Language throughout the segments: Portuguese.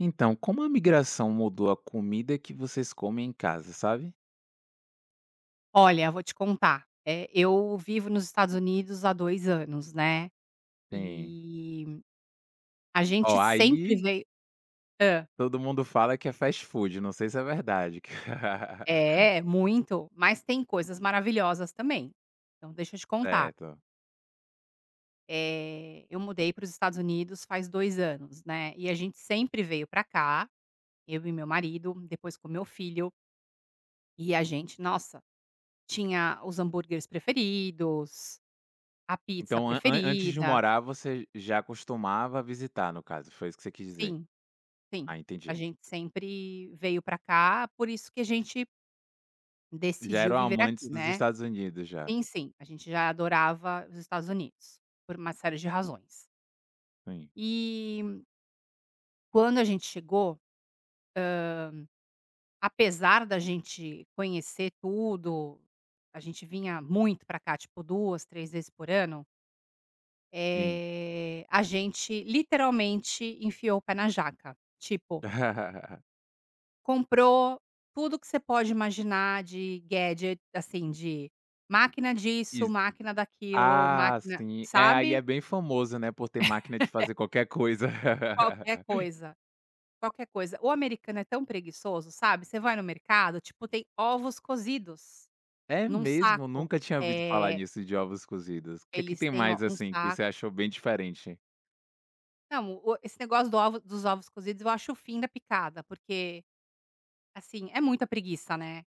Então, como a migração mudou a comida que vocês comem em casa, sabe? Olha, vou te contar, eu vivo nos Estados Unidos há 2 anos, né, Sim. e a gente Ó, sempre aí veio. Hã. todo mundo fala que é fast food, não sei se é verdade. É, muito, mas tem coisas maravilhosas também. Então deixa eu te contar, Certo. Eu mudei para os Estados Unidos faz 2 anos, né, e a gente sempre veio para cá, eu e meu marido, depois com meu filho, e a gente, nossa, tinha os hambúrgueres preferidos, a pizza Então, an an antes de preferida. morar, você já costumava visitar, no caso, foi isso que você quis dizer? Sim. Sim, Ah, a entendi. gente sempre veio pra cá, por isso que a gente Já decidiu eram viver aqui, amantes dos né. Estados Unidos já. Sim, sim, a gente já adorava os Estados Unidos, por uma série de razões. Sim, E quando a gente chegou, apesar da gente conhecer tudo, a gente vinha muito pra cá, tipo 2 3 vezes por ano, sim. A gente literalmente enfiou o pé na jaca. Tipo, comprou tudo que você pode imaginar de gadget, assim, de máquina disso, Is máquina daquilo, Ah, máquina, sim. É, aí sabe, é bem famoso, né, por ter máquina de fazer qualquer coisa. qualquer coisa, qualquer coisa. O americano é tão preguiçoso, sabe, você vai no mercado, tipo, tem ovos cozidos É num mesmo? saco. Nunca tinha ouvido falar Eh, nisso de ovos cozidos. O que que eles tem têm o mais, um assim, que saco, você achou bem diferente? não, o esse negócio do ovo dos ovos cozidos eu acho o fim da picada, porque, assim, é muita preguiça, né.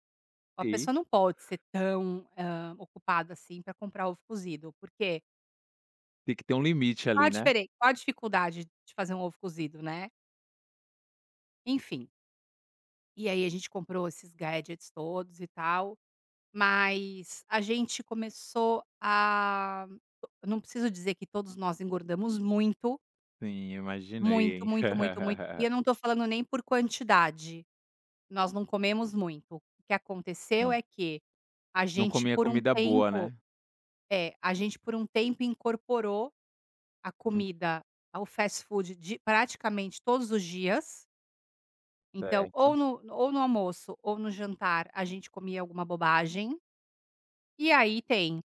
A Sim, pessoa não pode ser tão, ocupada assim para comprar ovo cozido, porque tem que ter um limite qual a ali, né. diferen qual a dificuldade de fazer um ovo cozido, né. Enfim, e aí a gente comprou esses gadgets todos e tal, mas a gente começou a, não preciso dizer que todos nós engordamos muito, Sim, muito, imaginei, hein. muito, muito, muito, e eu não tô falando nem por quantidade, nós não comemos muito. O que aconteceu Sim. é que a Não gente comia por um comida boa, tempo, né. é, a gente por um tempo incorporou a Hum, comida ao fast food de praticamente todos os dias. Então, certo. Ou no almoço ou no jantar, a gente comia alguma bobagem, e aí tem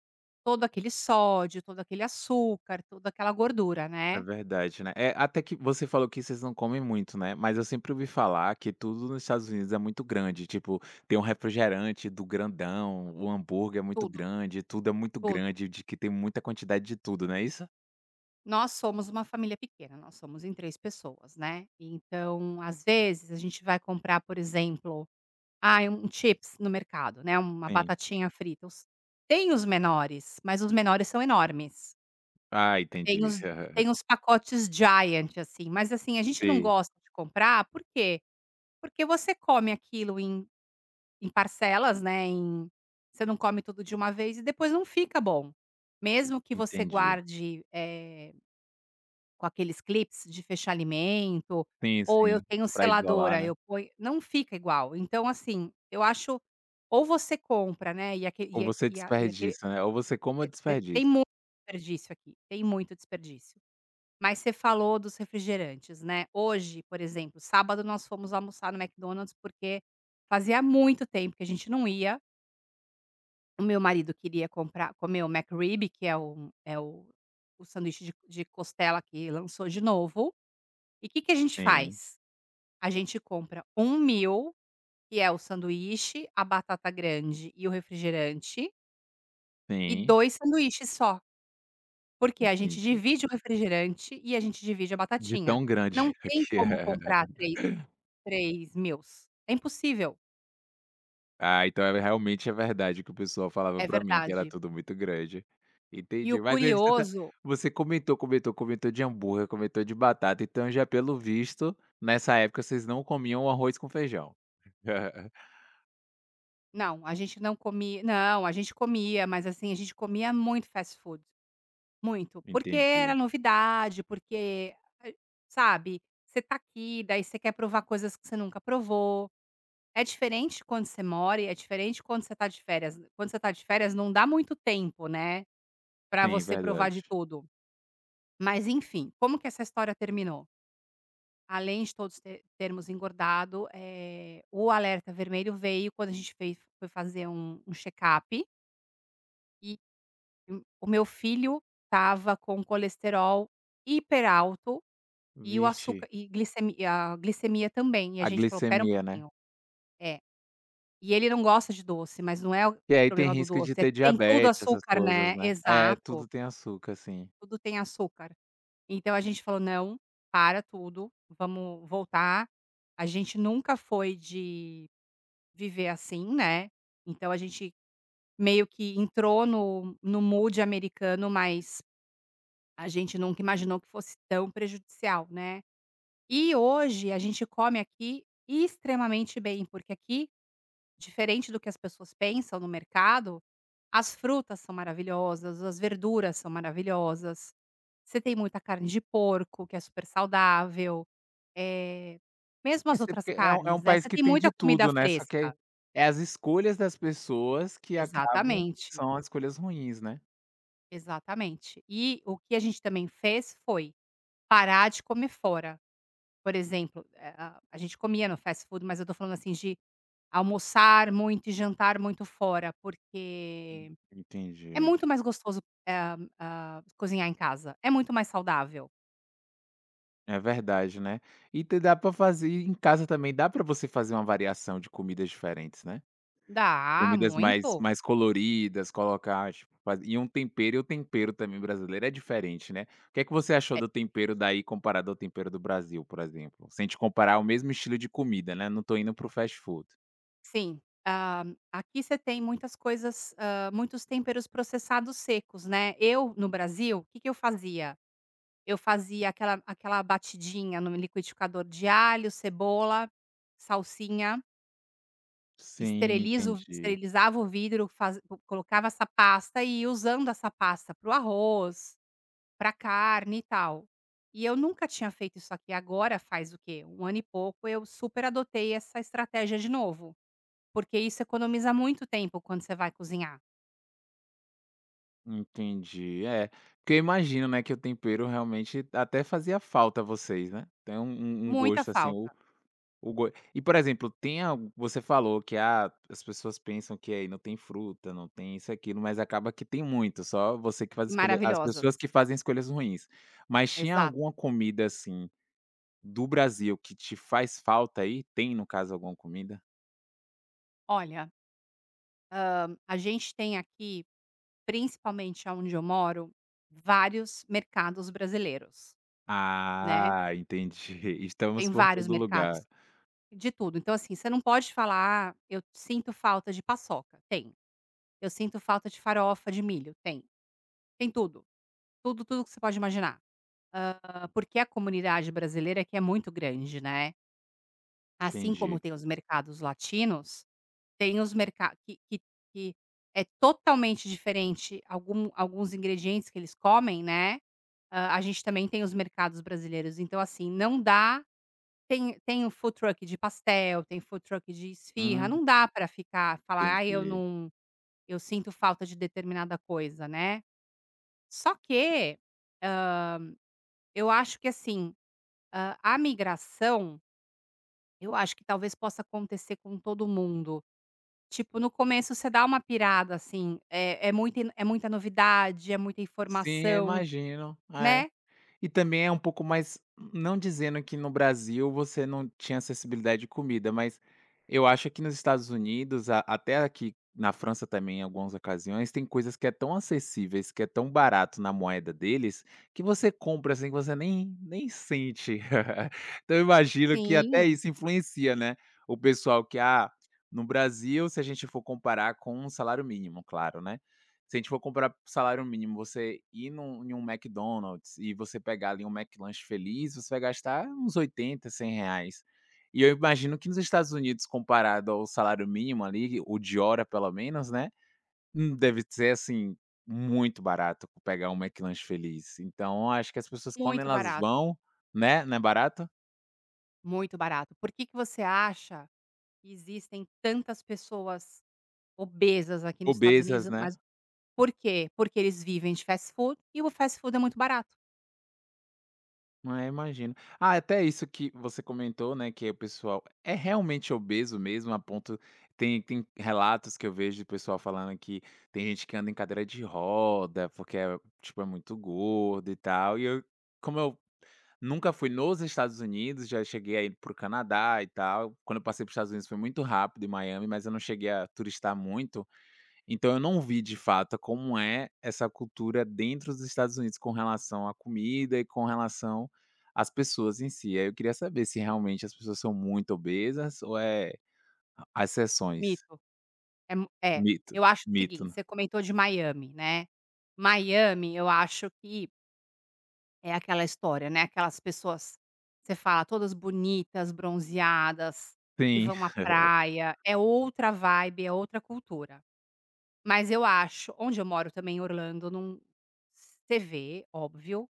todo aquele sódio, todo aquele açúcar, toda aquela gordura, É né. verdade, né. É, até que você falou que vocês não comem muito, né, mas eu sempre ouvi falar que tudo nos Estados Unidos é muito grande, tipo, tem um refrigerante do grandão, o hambúrguer é muito Tudo, grande, tudo é muito tudo. grande, de que tem muita quantidade de tudo, não é isso? Nós somos uma família pequena, nós somos em 3 pessoas, né. Então, às vezes, a gente vai comprar, por exemplo, ai, um chips no mercado, né, uma Sim. batatinha frita. Os, tem os menores, mas os menores são enormes. Ah, Tem entendi. os tem os pacotes giant, assim, mas, assim, a gente não Sei, gosta de comprar, por quê? Porque você come aquilo em, em parcelas, né, em, você não come tudo de uma vez e depois não fica bom. Mesmo que você entendi. guarde, com aqueles clips de fechar alimento, Sim, ou eu sim, tenho pra isolar, seladora, né. eu ponho, não fica igual. Então, assim, eu acho, ou você compra, né, e aque Ou e a você e a e aque desperdiça, né, ou você come ou tem desperdiça. muito desperdício aqui, tem muito desperdício. Mas você falou dos refrigerantes, né. Hoje, por exemplo, sábado nós fomos almoçar no McDonald's, porque fazia muito tempo que a gente não ia. O meu marido queria comprar comer o McRib, que é o sanduíche de costela que lançou de novo. E o que que a gente Sim, faz? A gente compra um meal, que é o sanduíche, a batata grande e o refrigerante, e sim, 2 sanduíches só. Porque a gente entendi. divide o refrigerante e a gente divide a De batatinha. tão grande Não tem que como é. comprar 3, 3 meals. É impossível. Ah, então é realmente é verdade o que o pessoal falava É pra mim, que era verdade. tudo muito grande. E o Entendi, mas aí curioso, você comentou de hambúrguer, comentou de batata, então já pelo visto, nessa época vocês não comiam arroz com feijão. não, a gente não comia. Não, a gente comia, mas assim, a gente comia muito fast food, muito. Porque Entendi. era novidade, porque, eh, sabe, você tá aqui, daí você quer provar coisas que você nunca provou. É diferente quando você mora e é diferente quando você tá de férias. Quando você tá de férias não dá muito tempo, né, pra Sim, você provar de verdade. tudo. Mas enfim, como que essa história terminou? Além de todos te termos engordado, o alerta vermelho veio quando a gente fez foi fazer um check-up, e o meu filho estava com colesterol hiper alto, e o Vixe, açúcar e glicemi a glicemia também, e a a gente falou: "Espera um glicemia, né. pouquinho". É. E ele não gosta de doce, mas não é o E aí tem problema do risco doce, de é, ter tem tudo diabetes essas açúcar, coisas, né. né. É, Exato, tudo tem açúcar, sim. tudo tem açúcar. Então a gente falou: "Não, para tudo, vamos voltar". A gente nunca foi de viver assim, né, então a gente meio que entrou no mood americano, mas a gente nunca imaginou que fosse tão prejudicial, né. E hoje a gente come aqui extremamente bem, porque aqui, diferente do que as pessoas pensam no mercado, as frutas são maravilhosas, as verduras são maravilhosas, você tem muita carne de porco, que é super saudável, eh, mesmo É as se outras porque é um carnes, né, país você que tem tem de muita comida tudo, né, só que aí fresca. é as escolhas das pessoas que acabam que Exatamente, são as escolhas ruins, né. exatamente. E o que a gente também fez foi parar de comer fora. Por exemplo, a gente comia no fast food, mas eu tô falando assim de almoçar muito e jantar muito fora, porque é Entendi. muito mais gostoso, eh cozinhar em casa, é muito mais saudável. É verdade, né. E te dá pra fazer em casa também dá pra você fazer uma variação de comidas diferentes, né? Dá, Comidas mais muito. mais coloridas, colocar, tipo, faz e um tempero e o tempero também brasileiro é diferente, né. O que é que você achou É, do tempero daí comparado ao tempero do Brasil, por exemplo? Sem te comparar o mesmo estilo de comida, né, não tô indo para o fast food. sim, aqui você tem muitas coisas, muitos temperos processados secos, né. Eu, no Brasil, o que que eu fazia? Eu fazia aquela batidinha no liquidificador de alho, cebola, salsinha, Sim, esterilizo entendi. esterilizava o vidro, faz colocava essa pasta e ia usando essa pasta para o arroz, para carne e tal. E eu nunca tinha feito isso aqui, agora faz o quê? Um ano e pouco eu super adotei essa estratégia de novo, porque isso economiza muito tempo quando você vai cozinhar, Entendi. É, porque eu imagino, né, que o tempero realmente até fazia falta a vocês, né. Tem um muita gosto assim. falta O go e, por exemplo, tem algo você falou que, ah, as pessoas pensam que aí não tem fruta, não tem isso aquilo, mas acaba que tem muito, só você que faz e escolha as maravilhosas. pessoas que fazem escolhas ruins. Mas tinha Exato. alguma comida, assim, do Brasil que te faz falta aí? Tem, no caso, alguma comida? Olha, a gente tem aqui, principalmente onde eu moro, vários mercados brasileiros, né, Ah, entendi. tem Estamos por vários todo mercados lugar. de tudo. Então, assim, você não pode falar: "Ah, eu sinto falta de paçoca", tem. "Eu sinto falta de farofa de milho", tem. Tem tudo. Tudo, tudo que você pode imaginar. Porque a comunidade brasileira aqui é muito grande, né. Assim como Entendi. tem os mercados latinos, tem os merca que é totalmente diferente, algum alguns ingredientes que eles comem, né. A gente também tem os mercados brasileiros, então assim, não dá, tem o food truck de pastel, tem food truck de esfirra, Hum, não dá para ficar falar: "Ai, eu entendi. não, eu sinto falta de determinada coisa", né. Só que eu acho que assim, a migração, eu acho que talvez possa acontecer com todo mundo. Tipo, no começo você dá uma pirada, assim, é é muita in é muita novidade, é muita Sim, eu informação, imagino. É. né? E também é um pouco mais, não dizendo que no Brasil você não tinha acessibilidade de comida, mas eu acho que nos Estados Unidos, a até aqui na França também em algumas ocasiões, tem coisas que é tão acessíveis, que é tão barato na moeda deles, que você compra, assim, que você nem sente. Então eu imagino que até Sim, isso influencia, né, o pessoal que, ah, no Brasil, se a gente for comparar com um salário mínimo, claro, né, se a gente for comprar salário mínimo, você ir num em um McDonald's e você pegar ali um McLanche feliz, você vai gastar uns 80, R$ 100. E eu imagino que nos Estados Unidos, comparado ao salário mínimo ali, o de hora pelo menos, né, deve ser, assim, muito barato pegar um McLanche feliz. Então, acho que as pessoas quando muito elas barato, vão, né, não é barato? muito barato. Por que que você acha que existem tantas pessoas obesas aqui nos Estados Obesas, Unidos? né? Mas por quê? Porque eles vivem de fast food e o fast food é muito barato. Ah, imagino. Ah, até isso que você comentou, né, que o pessoal é realmente obeso mesmo, a ponto tem relatos que eu vejo de pessoal falando que tem gente que anda em cadeira de roda, porque é, tipo, é muito gordo e tal, e eu como eu nunca fui nos Estados Unidos, já cheguei a ir para o Canadá e tal, quando eu passei para os Estados Unidos foi muito rápido em Miami, mas eu não cheguei a turistar muito, então eu não vi de fato como é essa cultura dentro dos Estados Unidos com relação à comida e com relação às pessoas em si. Aí eu queria saber se realmente as pessoas são muito obesas ou é as exceções. Mito. É mu É. Mito, Eu acho o mito, seguinte, né. você comentou de Miami, né? Miami, eu acho que é aquela história, né, aquelas pessoas, você fala, todas bonitas, bronzeadas, que Sim. vão à praia, é outra vibe, é outra cultura. Mas eu acho onde eu moro também em Orlando, não, você vê, óbvio,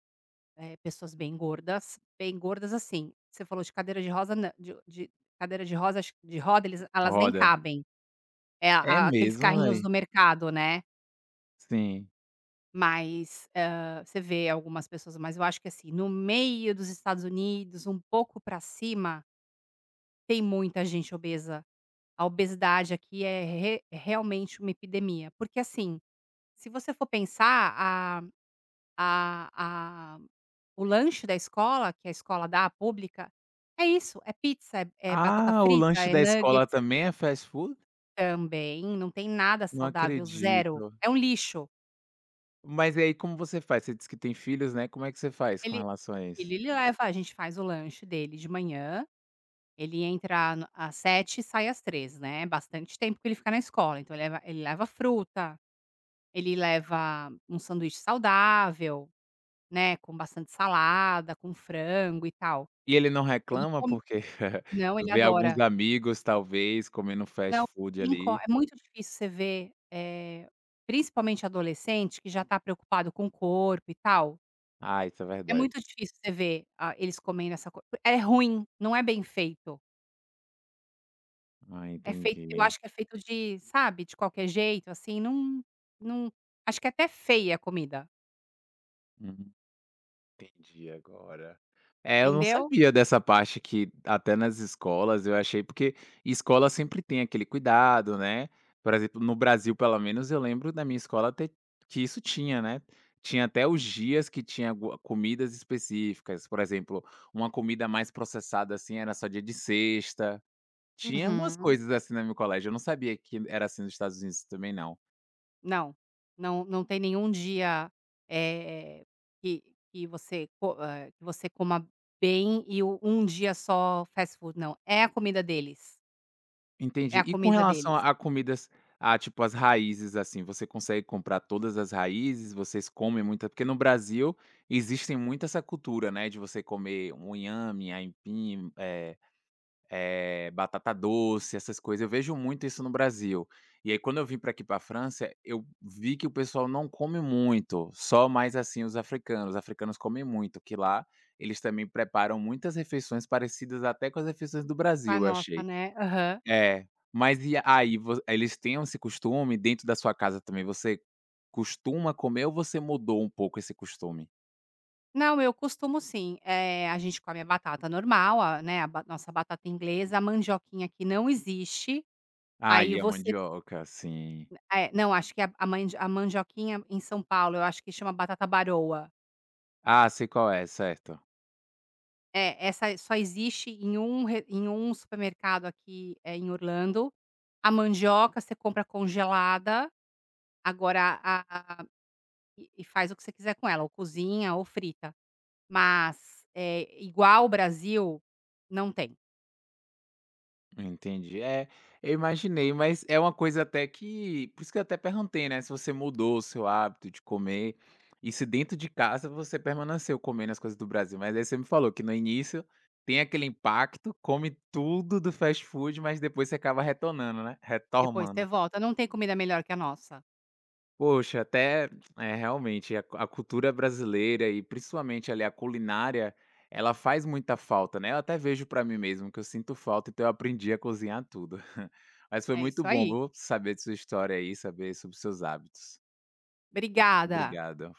pessoas bem gordas, bem gordas, assim, você falou de cadeira de rosa, nã de cadeira de rosa, acho que de roda, eles, elas nem Roda. cabem, é É aqueles mesmo, carrinhos velho. do mercado, né. Sim. Mas, você vê algumas pessoas, mas eu acho que assim, no meio dos Estados Unidos, um pouco pra cima, tem muita gente obesa. A obesidade aqui é re é realmente uma epidemia, porque assim, se você for pensar a o lanche da escola, que é a escola dá, a pública, é isso, é pizza, é batata Ah, o frita, lanche é da escola nuggets também é fast food? também, não tem nada Não saudável, zero, acredito. é um lixo. Mas e aí como você faz? Você disse que tem filhos, né, como é que você faz com Ele relação a isso? ele leva, a gente faz o lanche dele de manhã. Ele entra no às 7, e sai às 3, né, é bastante tempo que ele fica na escola, então ele leva fruta, ele leva um sanduíche saudável, né, com bastante salada, com frango e tal. E ele não Ele reclama come porque não, ele vê alguns adora. amigos, talvez, comendo fast Não, food quem co ali. é muito difícil você ver, principalmente adolescente que já tá preocupado com o corpo e tal, Ah, isso é é verdade. muito difícil você ver, ah, eles comendo essa coisa. É ruim, não é bem feito. Ah, Eu entendi. acho que é feito de, sabe, de qualquer jeito, assim, não, não, acho que é até feia a comida, Hum, entendi agora. É, eu não entendeu? sabia dessa parte que até nas escolas. Eu achei porque escola sempre tem aquele cuidado, né. Por exemplo, no Brasil, pelo menos, eu lembro da minha escola ter que isso tinha, né. Tinha até os dias que tinha alguma comidas específicas. Por exemplo, uma comida mais processada, assim, era só dia de sexta. Tinha algumas Uhum. coisas assim no meu colégio, eu não sabia que era assim nos Estados Unidos também não. Não, não tem nenhum dia, eh, que você coma bem e o um dia só fast food, não, é a comida deles, é Entendi. a E com comida relação deles. A comidas, a tipo as raízes, assim, você consegue comprar todas as raízes? Vocês comem muita porque no Brasil, existem muito essa cultura, né, de você comer um inhame, aipim, eh, eh, batata doce, essas coisas, eu vejo muito isso no Brasil. E aí quando eu vim para aqui para a França, eu vi que o pessoal não come muito, só mais, assim, os africanos. Os africanos comem muito, que lá eles também preparam muitas refeições parecidas até com as refeições do A Brasil, eu nossa, achei. né? Aham. É, mas e aí vo eles têm esse costume, dentro da sua casa também, você costuma comer ou você mudou um pouco esse costume? Não, eu costumo sim, a gente come a batata normal, a, né, a ba nossa batata inglesa, a mandioquinha que não existe, Ah, aí e a você, mandioca, sim. ah, é, não, acho que a mandioquinha em São Paulo, eu acho que chama batata baroa. Ah, sei qual é, certo. É, essa só existe em um re em um supermercado aqui, é em Orlando. A mandioca você compra congelada, agora e faz o que você quiser com ela, ou cozinha ou frita. Mas, é igual o Brasil, não tem. Entendi. É, eu imaginei, mas é uma coisa até que por isso que eu até perguntei, né, se você mudou o seu hábito de comer e se dentro de casa você permaneceu comendo as coisas do Brasil. Mas aí você me falou que no início tem aquele impacto, come tudo do fast food, mas depois você acaba retornando, né, Depois você retomando. volta, não tem comida melhor que a nossa. Poxa, até é, realmente, a cultura brasileira e principalmente ali a culinária, ela faz muita falta, né. Eu até vejo pra mim mesmo que eu sinto falta, então eu aprendi a cozinhar tudo. Mas foi É muito isso bom, aí. viu, saber de sua história aí, saber sobre seus hábitos. Obrigada. Obrigado.